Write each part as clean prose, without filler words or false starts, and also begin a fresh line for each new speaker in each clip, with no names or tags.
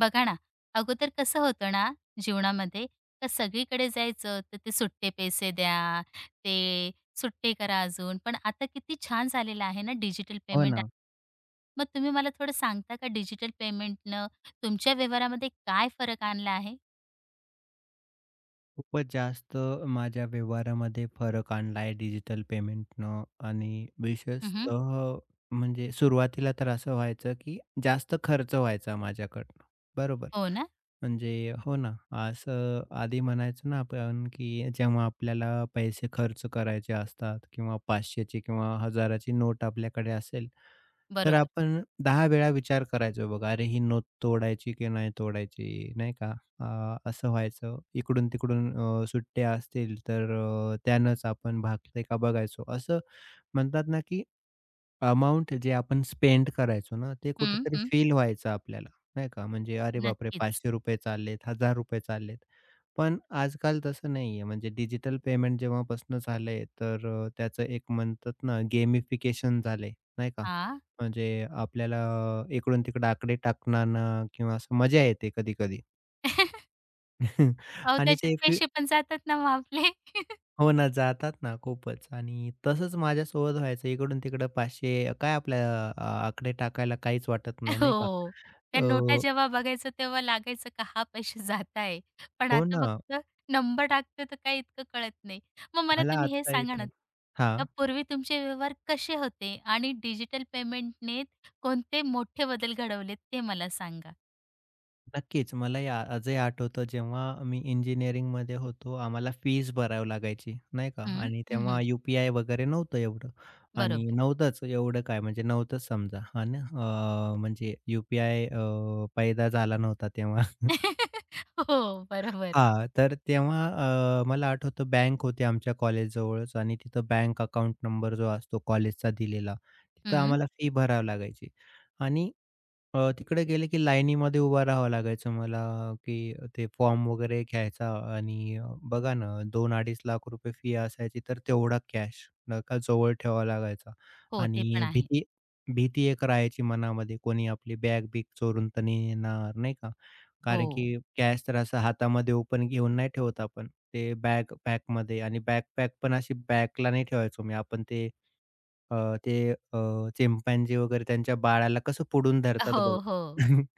बघा ना, अगोदर कसं होतं ना जीवनामध्ये, का सगळीकडे जायचं तर ते सुट्टे पैसे द्या, ते सुट्टे करा अजून. पण आता किती छान झालेलं आहे ना डिजिटल
हो
पेमेंट.
ना.
मग तुम्ही मला थोडं सांगता का डिजिटल पेमेंटनं तुमच्या व्यवहारामध्ये काय फरक आणला आहे?
खूपच जास्त माझ्या व्यवहारामध्ये फरक आणला आहे डिजिटल पेमेंटनं आणि
हं,
विशेषतः म्हणजे सुरुवातीला तर असं व्हायचं, की जास्त खर्च व्हायचा माझ्याकडनं. बरोबर.
हो ना?
म्हणजे हो ना, असं आधी म्हणायचो ना आपण, की जेव्हा आपल्याला पैसे खर्च करायचे असतात किंवा 500ची किंवा 1000ची नोट आपल्याकडे असेल, तर
बरोबर.
आपण 10 वेळा विचार करायचो बघा, अरे ही नोट तोडायची की नाही तोडायची, नाही का? असं व्हायचं. इकडून-तिकडून सुट्ट्या असतील तर त्यानंच आपण भागतंय का बघायचो. असं म्हणतात ना की अमाउंट जे आपण स्पेंड करायचो ना, ते
हं,
कुठेतरी
हं.
फील व्हायचं आपल्याला, नाही का? म्हणजे अरे बापरे!
नक्कीच.
₹500 चाललेत, ₹1000 चाललेत. पण आजकाल तसं नाहीये. म्हणजे डिजिटल पेमेंट जेव्हापासून झालंय, तर त्याचं एक म्हणतात ना गेमिफिकेशन झालंय, नाही का?
हां.
म्हणजे आपल्याला इकडून-तिकडे आकडे टाकताना किंवा असं मजा येते कधी-कधी
अहो,
आणि
त्याच्यात
ते
पैसे पण जातात ना मग आपले.
हो ना, जातात ना खूपच आणि तसंच माझ्यासोबत व्हायचं. इकडून-तिकडं 500 काय आपल्या अ, आकडे टाकायला काहीच वाटत नाही, नाही का?
हो. त्या नोटा
अ,
जेव्हा बघायचो तेव्हा लागायचं का हा पैसे जात आहे. पण
हो
आता
ना,
फक्त नंबर टाकतो तर काही इतकं कळत नाही. मग मला
मला
तुम्ही हे
आता
सांगा ना,
इथं
का
हां,
पूर्वी तुमचे व्यवहार कसे होते आणि डिजिटल पेमेंटने कोणते मोठे बदल घडवलेत ते मला सांगा?
नक्कीच. मला या आजही आठवतं जेव्हा मी इंजिनिअरिंगमध्ये होतो, आम्हाला फीस भरावी लागायची, नाही का?
हं,
आणि
हं,
तेव्हा यू वगैरे नव्हतं एवढं आणि
बरोबर.
नव्हतंच एवढं काय म्हणजे नव्हतंच समजा, आहे ना? म्हणजे यू पैदा झाला नव्हता तेव्हा.
हो, बरोबर.
हां, तर तेव्हा मला आठवतं बँक होती आमच्या कॉलेजजवळच आणि तिथं बँक अकाउंट नंबर जो असतो कॉलेजचा दिलेला, तिथं
हं.
आम्हाला फी भरावी लागायची. आणि तिकडे गेले की लाईनीमध्ये उभं राहावं लागायचं मला, की ते फॉर्म वगैरे घ्यायचा आणि बघा ना ₹2-2.5 लाख रुपये फी असायची, तर तेवढा कॅश का जवळ ठेवावा लागायचा.
हो, ते पण
आणि
आहे.
भीती भीती एक राहायची मनामध्ये, कोणी आपली बॅग-बिग चोरून तर नेणार, नाही का? कारण
हो.
की कॅश तर असं हातामध्ये ओपन घेऊन नाही ठेवत आपण. ते बॅग पॅकमध्ये आणि बॅकपॅक पण अशी बॅकला नाही ठेवायचो मी. आपण ते अ, ते अ, चिंपॅन्झी वगैरे त्यांच्या बाळाला कसं पुढून धरतात
हो,
बघा.
हो.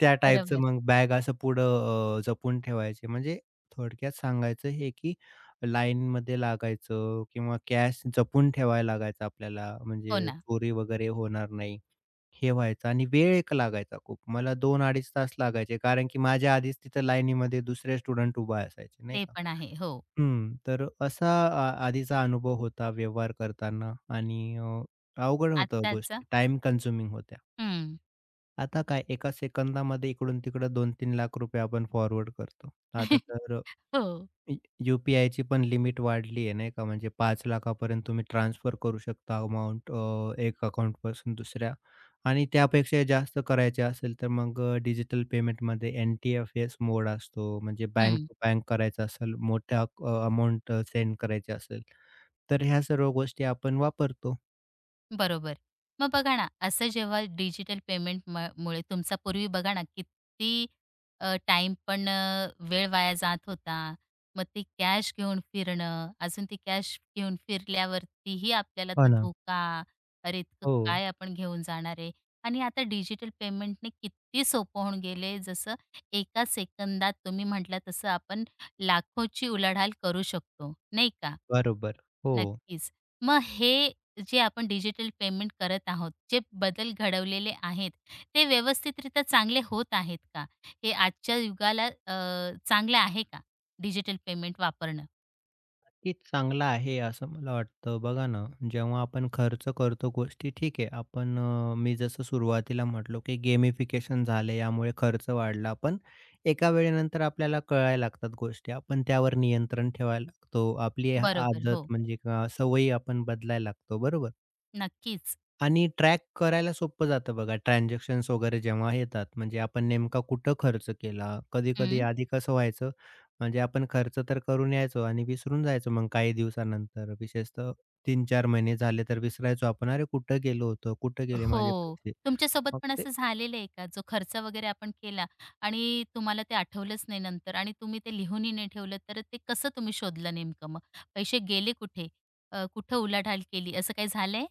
त्या टाईपचं
बरोबर.
मग बॅग असं पुढं जपून ठेवायचे. म्हणजे थोडक्यात सांगायचं हे की लाईनमध्ये लागायचं किंवा कॅश जपून ठेवायला लागायचं आपल्याला
हो
म्हणजे
ना.
चोरी वगैरे होणार नाही. हे व्हायचं आणि वेळ एक लागायचा खूप. मला दोन 25 तास लागायचे. कारण की माझ्या आधीच तिथं लाईनीमध्ये दुसरे स्टुडंट उभा असायचे नाही
ते
का.
पण आहे. हो.
हं. तर असा आधीचा अनुभव होता व्यवहार करताना आणि अवघड होतं
आत्ताचं
गोष्टी. टाइम कन्झ्युमिंग होत्या.
हं.
आता काय एका सेकंदामध्ये इकडून-तिकडं ₹2-3 लाख रुपये आपण फॉरवर्ड करतो. आता तर
हो.
यू यू-पी-आयची पण लिमिट वाढली आहे नाही का, म्हणजे 5,00,000 पर्यंत तुम्ही ट्रान्सफर करू शकता अमाउंट एक अकाउंटपासून दुसऱ्या आणि त्यापेक्षा जास्त करायचे असेल तर मग डिजिटल पेमेंटमध्ये एन-टी-एफ-एस मोड असतो. म्हणजे बँक
हं.
टू बँक करायचं असेल, मोठ्या सेंड करायची असेल, तर ह्या सर्व गोष्टी आपण वापरतो.
बरोबर. मग बघा ना, असं जेव्हा डिजिटल पेमेंट मुळे तुमचा पूर्वी बघा ना, किती टाईम पण वेळ वाया जात होता. मग ते कॅश घेऊन फिरणं, अजून ती कॅश घेऊन फिरल्यावरतीही आपल्याला
हो
तो
ना.
धोका, अरे इतकं
हो,
काय आपण घेऊन जाणार आहे? आणि आता डिजिटल पेमेंटने किती सोपं होऊन गेले. जसं एका सेकंदात तुम्ही म्हटलं तसं आपण लाखोची उलाढाल करू शकतो, नाही का?
बरोबर. हो.
नक्कीच. मग हे जे आपण डिजिटल पेमेंट करत आहोत, जे बदल घडवलेले आहेत, ते व्यवस्थितरित्या चांगले होत आहेत का? हे आजच्या युगाला चांगलं आहे का डिजिटल पेमेंट वापरणं?
नक्कीच चांगला आहे असं मला वाटतं. बघा ना, जेव्हा आपण खर्च करतो गोष्टी ठीक आहे. आपण मी जसं सुरुवातीला म्हटलो, की गेमिफिकेशन झालं यामुळे खर्च वाढला. पण एका वेळेनंतर आपल्याला कळायला लागतात गोष्टी. आपण त्यावर नियंत्रण ठेवायला लागतो. आपली
बरोबर.
आदत
हो,
म्हणजे सवयी आपण बदलायला लागतो, बरोबर?
नक्कीच.
आणि ट्रॅक करायला सोपं जातं बघा, ट्रान्झॅक्शन्स वगैरे जेव्हा येतात. म्हणजे आपण नेमका कुठं खर्च केला. कधी-कधी
हं.
आधी कसं व्हायचं, म्हणजे आपण खर्च तर करून यायचो आणि विसरून जायचो मग काही दिवसानंतर. विशेषतः 3-4 महिने झाले तर विसरायचो आपण, "अरे कुठं गेलो होतो? कुठं गेले माझे
हो.
पैसे?"
तुमच्यासोबत
मग
पण
ते
असं झालेलं आहे का? जो खर्च वगैरे आपण केला आणि तुम्हाला ते आठवलंच नाही नंतर आणि तुम्ही ते लिहूनही नाही ठेवलं, तर ते कसं तुम्ही शोधलं नेमकं मग? पैसे गेले कुठे? कुठं उलाढाल केली, असं काही झालंय?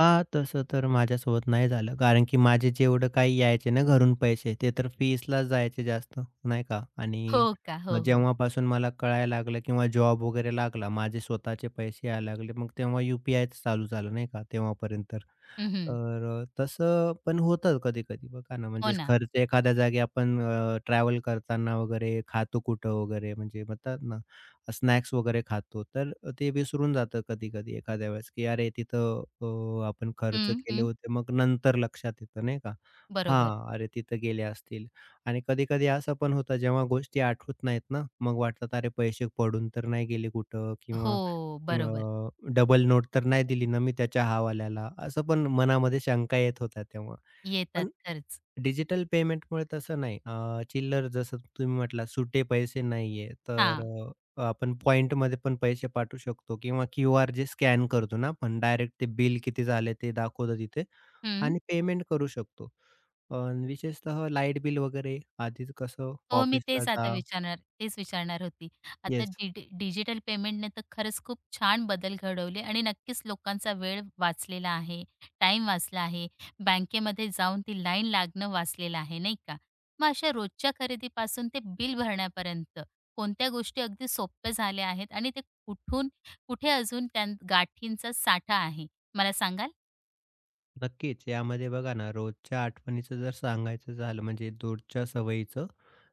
हां, तसं तर माझ्यासोबत नाही झालं. कारण की माझे जेवढं काही यायचे ना घरून पैसे, ते तर फीसलाच जायचे जास्त, नाही का?
हो
आणि
का? हो, हो.
जेव्हापासून मला कळायला लागलं किंवा जॉब वगैरे लागला, माझे स्वतःचे पैसे यायला लागले, मग तेव्हा यू-पी-आयच चालू झालं, नाही का? तेव्हापर्यंत
हं,
तर तसं पण होतं कधी-कधी बघा ना,
हो
म्हणजे
ना.
खर्च एखाद्या जागी आपण ट्रॅव्हल करताना वगैरे खातो कुठं वगैरे म्हणजे म्हणतात ना, स्नॅक्स वगैरे खातो. तर ते विसरून जातं कधी-कधी एखाद्या वेळेस, की अरे तिथं आपण
हं,
खर्च केले
हं.
होते. मग नंतर लक्षात येतं नाही का?
बरोबर.
हां, अरे तिथं गेले असतील आणि कधी-कधी असं पण होतं जेव्हा गोष्टी आठवत नाहीत ना, मग वाटतात अरे पैसे पडून तर नाही गेले कुठं किंवा
हो,
अ,
बरोबर.
डबल नोट तर नाही दिली ना मी त्याच्या हवाल्याला, असं पण मनामध्ये शंका येत होत्या तेव्हा.
येतात
पण
खरंच.
डिजिटल पेमेंटमुळे तसं नाही. चिल्लर जसं तुम्ही म्हटलात सुटे पैसे नाहीये, तर
हां.
आपण पॉइंटमध्ये पण पैसे पाठवू शकतो किंवा क्यू आर जे स्कॅन करतो ना आपण डायरेक्ट ते बिल किती झाले ते दाखवतं तिथे
हं.
आणि पेमेंट करू शकतो. अ, विशेषतः लाईट बिल वगैरे आधीच कसं
हो, मी
ऑफिसला
तेच आता
जा
विचारणार तेच विचारणार होती. आता
येस.
डिजिटल पेमेंटने तर खरंच खूप छान बदल घडवले आणि नक्कीच लोकांचा वेळ वाचलेला आहे, टाइम वाचला आहे, बँकेमध्ये जाऊन ती लाईन लागणं वाचलेलं आहे, नाही का? मग अशा रोजच्या खरेदीपासून ते बिल भरण्यापर्यंत कोणत्या गोष्टी अगदी सोप्या झाल्या आहेत आणि ते कुठून कुठे अजून त्या गाठींचा साठा आहे? मला सांगा?
नक्कीच. यामध्ये बघा ना, रोजच्या आठवणीचं जर सांगायचं झालं म्हणजे दूरच्या सवयीचं,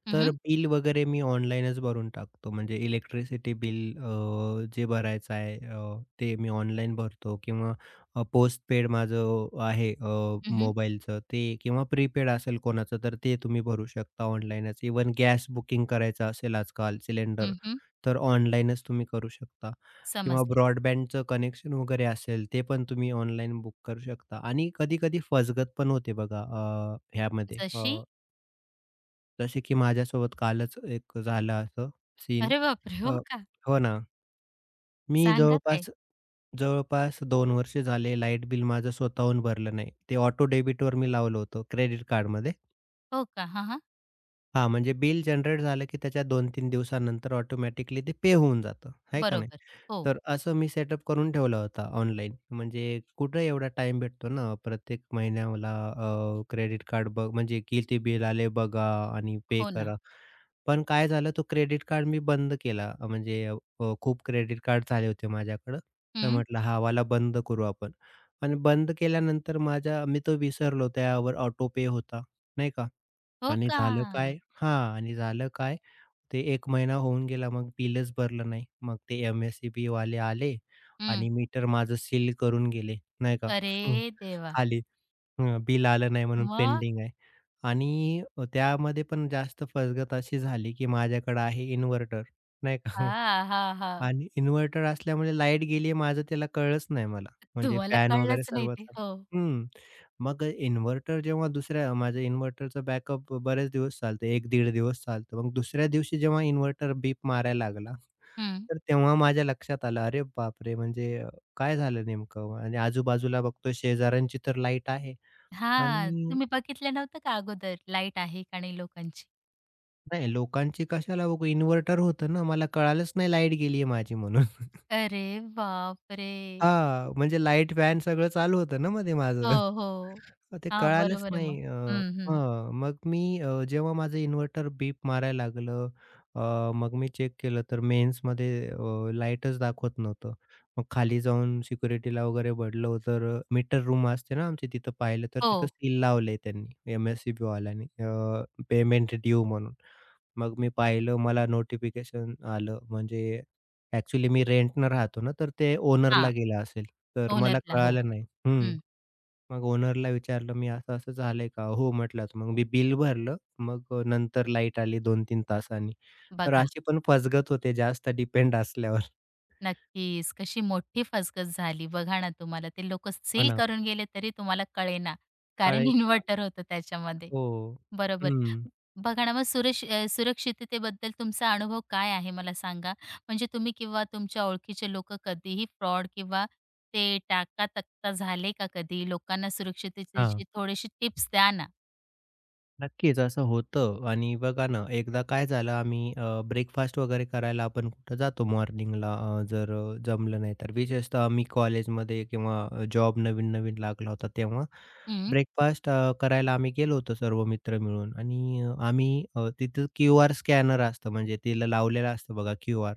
हं,
तर
हं.
बिल वगैरे मी ऑनलाईनच भरून टाकतो. म्हणजे इलेक्ट्रिसिटी बिल जे भरायचं आहे ते मी ऑनलाईन भरतो किंवा अ, पेड माझं आहे
हं,
मोबाईलचं ते किंवा प्रीपेड असेल कोणाचं तर ते तुम्ही भरू शकता ऑनलाईनच. इव्हन गॅस बुकिंग करायचं असेल आजकाल सिलेंडर, तर ऑनलाईनच तुम्ही करू शकता किंवा
समजले.
ब्रॉडबँडचं कनेक्शन वगैरे असेल ते पण तुम्ही ऑनलाईन बुक करू शकता आणि कधी-कधी फसगत पण होते बघा ह्यामध्ये
जशी
जसे की माझ्यासोबत कालच एक झालं असं सीन.
अरे बापरे! हो
अ,
का?
हो ना. मी
सांगा काय?
जवळपास जवळपास 2 वर्ष झाले लाईट बिल माझं स्वतःहून भरलं नाही. ते ऑटो डेबिटवर मी लावलं होतं क्रेडिट कार्डमध्ये.
हो का? हां, हां.
हा म्हणजे बिल जनरेट झालं की त्याच्या 2-3 दिवसानंतर ऑटोमॅटिकली ते पे होऊन जातं, आहे का नाही?
बरोबर. हो.
तर असं मी सेटअप करून ठेवला होता ऑनलाईन. म्हणजे कुठं एवढा टाईम भेटतो ना, प्रत्येक महिन्याला क्रेडिट कार्ड बघ म्हणजे किती बिल आले बघा आणि पे
हो ना.
करा. पण काय झालं तो क्रेडिट कार्ड मी बंद केला. म्हणजे खूप क्रेडिट कार्ड झाले होते माझ्याकडं. तर
हं.
म्हटलं हा वाला बंद करू आपण आणि बंद केल्यानंतर माझ्या मी तो विसरलो त्यावर ऑटो पे होता, नाही का?
हो
आणि
का?
झालं काय हां, आणि झालं काय ते 1 महिना होऊन गेला मग बिलच भरलं नाही. मग ते एम-एस-ई-बी वाले आले
हं.
आणि मीटर माझं सील करून गेले, नाही का.
अरे
हं,
देवा!
खाली बिल आलं नाही म्हणून
मग?
पेंडिंग आहे. आणि त्यामध्ये पण जास्त फसगत अशी झाली, की माझ्याकडे आहे इन्व्हर्टर, नाही का.
हां, हां, हां.
आणि इन्व्हर्टर असल्यामुळे लाईट गेली आहे माझं त्याला कळलंच नाही मला. म्हणजे
तुम्हाला
फॅन वगैरे
कळलंच नाही
सर्वच
ते. हो.
हं. मग इन्व्हर्टर जेव्हा दुसऱ्या माझ्या इन्व्हर्टरचं बॅकअप बरेच दिवस चालतं. 1-1.5 दिवस चालतं. मग दुसऱ्या दिवशी जेव्हा इन्व्हर्टर बीप मारायला लागला,
हं.
तर तेव्हा माझ्या लक्षात आलं, अरे बापरे! म्हणजे काय झालं नेमकं? आणि आजूबाजूला बघतो शेजाऱ्यांची तर लाईट आहे
हां.
आणि
तुम्ही बघितलं नव्हतं का अगोदर लाईट आहे का नाही लोकांची?
नाही लोकांची कशाला बघू इन्व्हर्टर होतं ना. मला कळालंच नाही लाईट गेली आहे माझी म्हणून.
अरे बापरे!
हां, म्हणजे लाईट, फॅन सगळं चालू होतं ना मध्ये
हो,
माझं.
हो.
मग ते
हां,
कळालंच
बरोबर आहे मग.
नाही.
हं, हं.
हां, मग मी जेव्हा माझं इन्व्हर्टर बीप मारायला लागलं, मग मी चेक केलं तर मेन्समध्ये लाईटच दाखवत नव्हतं. मग खाली जाऊन सिक्युरिटीला वगैरे बघितलं तर मीटर रूम असते ना आमची, तिथं पाहिलं तर
हो.
तिथं सील लावलंय त्यांनी एम-एस-सी-बीवाल्यांनी पेमेंट ड्यू म्हणून. मग मी पाहिलं मला नोटिफिकेशन आलं म्हणजे ॲक्चुअली मी रेंटनं राहतो ना, तर ते ओनरला
हां.
गेलं असेल. तर मला
ओनरला. हो.
कळालं नाही. हं.
हं.
मग ओनरला विचारलं मी असं-असं झालंय का? हो म्हटलात. मग मी बिल भरलं. मग नंतर लाईट आली 2-3 तासांनी. तर
बघा.
अशी पण फसगत होते जास्त डिपेंड असल्यावर.
नक्कीच. कशी मोठी फसगत झाली बघा ना तुम्हाला ते लोक
हो
सील
ना,
करून गेले तरी तुम्हाला कळेना. कारण
कळायचं ना.
इन्व्हर्टर होतं त्याच्यामध्ये.
हो.
बरोबर.
हं.
बघा ना मग सुरक्षिततेबद्दल तुमचा अनुभव काय आहे मला सांगा? म्हणजे तुम्ही किंवा तुमच्या ओळखीचे लोकं कधीही फ्रॉड किंवा ते टाका-तक्ता झाले का कधी? लोकांना
हां.
सुरक्षिततेची थोडीशी टिप्स द्या ना.
नक्कीच असं होतं आणि बघा ना, एकदा काय झालं आम्ही ब्रेकफास्ट वगैरे करायला आपण कुठं जातो मॉर्निंगला जर जमलं नाही तर. विशेषतः मी कॉलेजमध्ये किंवा जॉब नवीन-नवीन लागला होता तेव्हा
हं.
ब्रेकफास्ट करायला आम्ही गेलो होतो सर्व मित्र मिळून आणि आम्ही तिथं क्यूआर स्कॅनर असतं म्हणजे तिला लावलेलं असतं बघा क्यूआर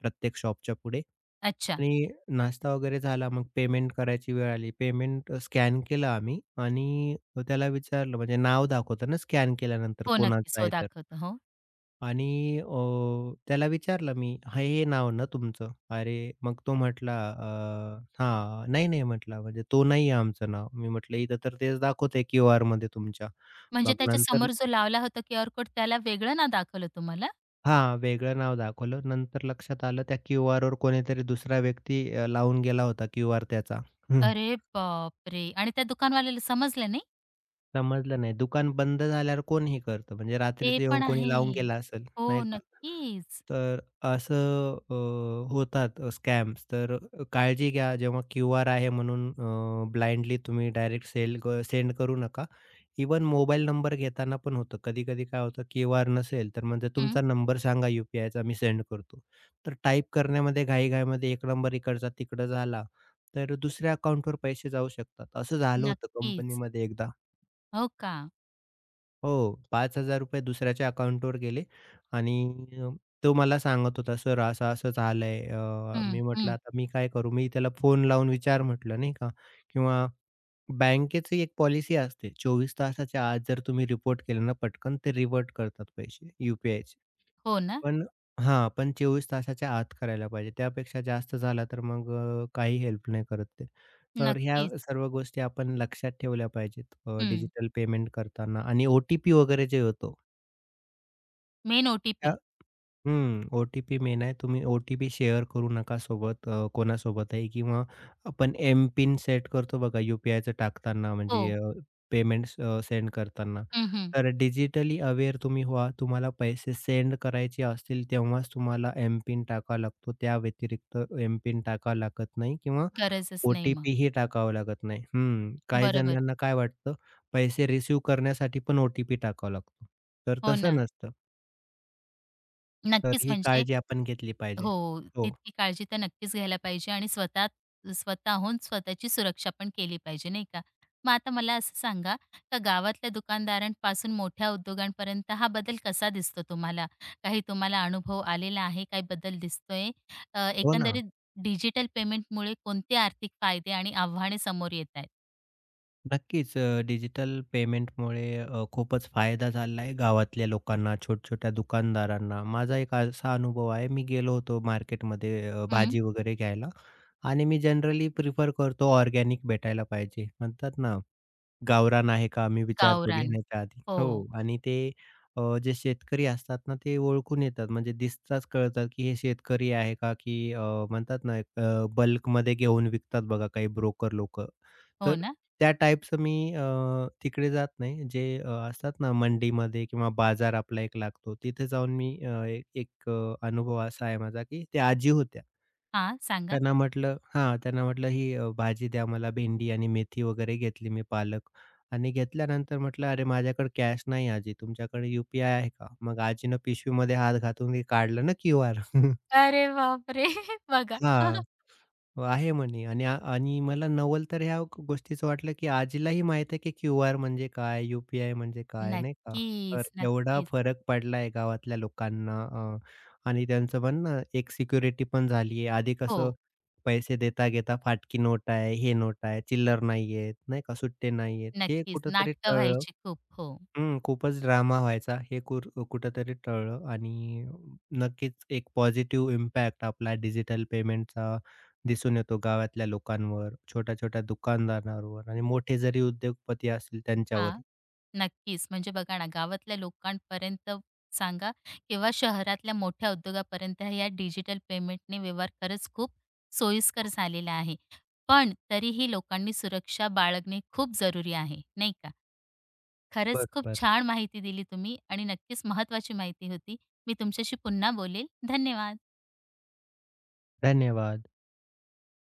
प्रत्येक शॉपच्या पुढे.
अच्छा.
आणि नाश्ता वगैरे झाला, मग पेमेंट करायची वेळ आली. पेमेंट स्कॅन केलं आम्ही आणि त्याला विचारलं म्हणजे नाव दाखवतं ना स्कॅन केल्यानंतर
हो, नक्कीच.
कोणाचं
हो,
आहे तर.
दाखवतो. हो.
आणि त्याला विचारलं मी, "हे हे नाव ना तुमचं?" "अरे" मग तो म्हटला "हां, नाही, नाही," म्हटला म्हणजे "तो नाही आहे आमचं नाव." मी म्हटलं, "इथं तर तेच दाखवतंय क्यूआरमध्ये तुमच्या."
म्हणजे
मग नंतर
त्याच्यासमोर जो लावला होता क्यूआर कोड त्याला वेगळं ना दाखवलं तुम्हाला?
हां, वेगळं नाव दाखवलं. नंतर लक्षात आलं त्या क्यूआरवर कोणीतरी दुसरा व्यक्ती लावून गेला होता क्यूआर त्याचा.
अरे बापरे! आणि त्या दुकानवाल्याला समजलं नाही?
समजलं नाही. दुकान बंद झाल्यावर कोण हे करतं? म्हणजे
ते
रात्रीचं येऊन
पण
कोणी लावून
आहे.
गेला असेल,
हो,
नाही का?
नक्कीच.
तर असं होतात स्कॅम्स. तर काळजी घ्या. जेव्हा क्यूआर आहे म्हणून ब्लाइंडली तुम्ही डायरेक्ट सेल क सेंड करू नका. इवन मोबाईल नंबर घेताना पण होतं. कधी-कधी काय होतं, क्यूआर नसेल, तर म्हणजे
हं,
तुमचा नंबर सांगा यू-पी-आयचा मी सेंड करतो. तर टाईप करण्यामध्ये घाई एक नंबर इकडचा तिकडं झाला, तर दुसऱ्या अकाउंटवर पैसे जाऊ शकतात. असं झालं होतं
नक्कीच.
कंपनीमध्ये एकदा.
हो का?
हो, ₹5000 दुसऱ्याच्या अकाउंटवर गेले आणि तो मला सांगत होता, "सर असं-असं झालंय."
हं,
मी म्हटलं,
हं.
"आता मी काय करू?" मी त्याला फोन लावून विचार म्हटलं नाही का किंवा बँकेची एक पॉलिसी असते. 24 तासाच्या आत जर तुम्ही रिपोर्ट केलं ना पटकन, ते रिव्हर्ट करतात पैसे,
हो ना?
पण हां, पण 24 तासाच्या आत करायला पाहिजे. त्यापेक्षा जास्त झाला तर मग काही हेल्प नाही करत ते. तर ह्या
नक्कीच.
सर्व गोष्टी आपण लक्षात ठेवल्या पाहिजेत
हं.
डिजिटल पेमेंट करताना आणि ओ-टी-पी वगैरे जे होतो
मेन OTP.
हं, ओ-टी-पी मेन आहे. तुम्ही ओ-टी-पी शेअर करू नका सोबत कोणासोबतही किंवा आपण एम-पिन सेट करतो बघा यू-पी-आयचं टाकताना म्हणजे
हो.
पेमेंट्स सेंड करताना.
हं, हं.
तर डिजिटली अवेअर तुम्ही व्हा. तुम्हाला पैसे सेंड करायचे असतील तेव्हाच तुम्हाला एम-पिन टाकावा लागतो. त्या व्यतिरिक्त एम-पिन टाकावा लागत नाही किंवा
गरजच नाही मग.
ओ-टी-पीही टाकावा लागत नाही. हं, काही
बरोबर.
जणांना काय वाटतं पैसे रिसीव्ह करण्यासाठी पण ओ-टी-पी टाकावा लागतो. तर
हो
तसं
ना.
नसतं. तर
नक्कीच
ही
म्हणजे,
काळजी आपण घेतली पाहिजे.
हो,
हो,
तितकी काळजी तर नक्कीच घ्यायला पाहिजे आणि स्वतः स्वतःहून स्वतःची सुरक्षा पण केली पाहिजे, नाही का? मग आता मला असं सांगा, का गावातल्या दुकानदारांपासून मोठ्या उद्योगांपर्यंत हा बदल कसा दिसतो तुम्हाला? काही तुम्हाला अनुभव आलेला आहे? काही बदल दिसतोय?
हो ना.
एकंदरीत डिजिटल पेमेंटमुळे कोणते आर्थिक फायदे आणि आव्हाने समोर येत आहेत?
नक्कीच डिजिटल पेमेंटमुळे खूपच फायदा झाला आहे गावातल्या लोकांना, छोट्या-छोट्या दुकानदारांना. माझा एक असा अनुभव आहे, मी गेलो होतो मार्केटमध्ये
हं,
भाजी वगैरे घ्यायला आणि मी जनरली प्रिफर करतो ऑर्गॅनिक भेटायला पाहिजे म्हणतात ना. गावरान आहे का? मी विचारतो
गावरान.
घेण्याच्या आधी.
हो,
हो आणि ते जे शेतकरी असतात ना, ते ओळखून येतात. म्हणजे दिसताच कळतात, की हे शेतकरी आहे का? की म्हणतात ना, एक बल्कमध्ये घेऊन विकतात बघा काही ब्रोकर लोकं.
हो
तर
ना?
त्या टाईपचं मी तिकडे जात नाही. जे असतात ना मंडीमध्ये किंवा बाजार आपला एक लागतो, तिथे जाऊन मी एक एक अ, अनुभव असा आहे माझा, की त्या आजी होत्या.
हां, सांगा.
त्यांना म्हटलं हां, त्यांना म्हटलं, "ही भाजी द्या मला भेंडी आणि मेथी वगैरे घेतली मी पालक." आणि घेतल्यानंतर म्हटलं, "अरे, माझ्याकडे कॅश नाही आजी, तुमच्याकडे यू-पी-आय आहे का?" मग आजीनं पिशवीमध्ये हात घालून ते काढलं ना क्यू-आर. हां,
अरे बापरे! बघा.
आहे म्हणे आणि आणि मला नवल तर ह्या गोष्टीचं वाटलं, की आजीलाही माहीत आहे, की क्यू-आर म्हणजे काय, यू-पी-आय म्हणजे काय, नाही का? तर
नक्कीच,
एवढा
नक्कीच.
फरक पडलाय गावातल्या लोकांना आणि त्यांचं पण ना एक सिक्युरिटी पण झाली आहे. आधी कसं
हो.
पैसे देता-घेता फाटकी नोट आहे, हे नोट आहे, चिल्लर नाहीयेत, नाही का, सुट्टे नाहीयेत, हे
नक्कीच.
कुठेतरी
नाटकं
टळलं.
व्हायची खूप. हो.
हं, खूपच ड्रामा व्हायचा हे कुर कुठेतरी टळलं आणि नक्कीच एक पॉझिटिव्ह इम्पॅक्ट आपला डिजिटल पेमेंटचा दिसून येतो गावातल्या लोकांवर, छोट्या-छोट्या दुकानदारांवर आणि मोठे जरी उद्योगपती असतील त्यांच्यावर.
हां. नक्कीच. म्हणजे बघा ना, गावातल्या लोकांपर्यंत सांगा किंवा शहरातल्या मोठ्या उद्योगापर्यंत ह्या डिजिटल पेमेंटने व्यवहार खरंच खूप सोयीस्कर झालेला आहे. पण तरीही लोकांनी सुरक्षा बाळगणे खूप जरुरी आहे, नाही का? खरंच खूप
बरोबर.
छान माहिती दिली तुम्ही आणि नक्कीच महत्त्वाची माहिती होती. मी तुमच्याशी पुन्हा बोलेल. धन्यवाद.
धन्यवाद.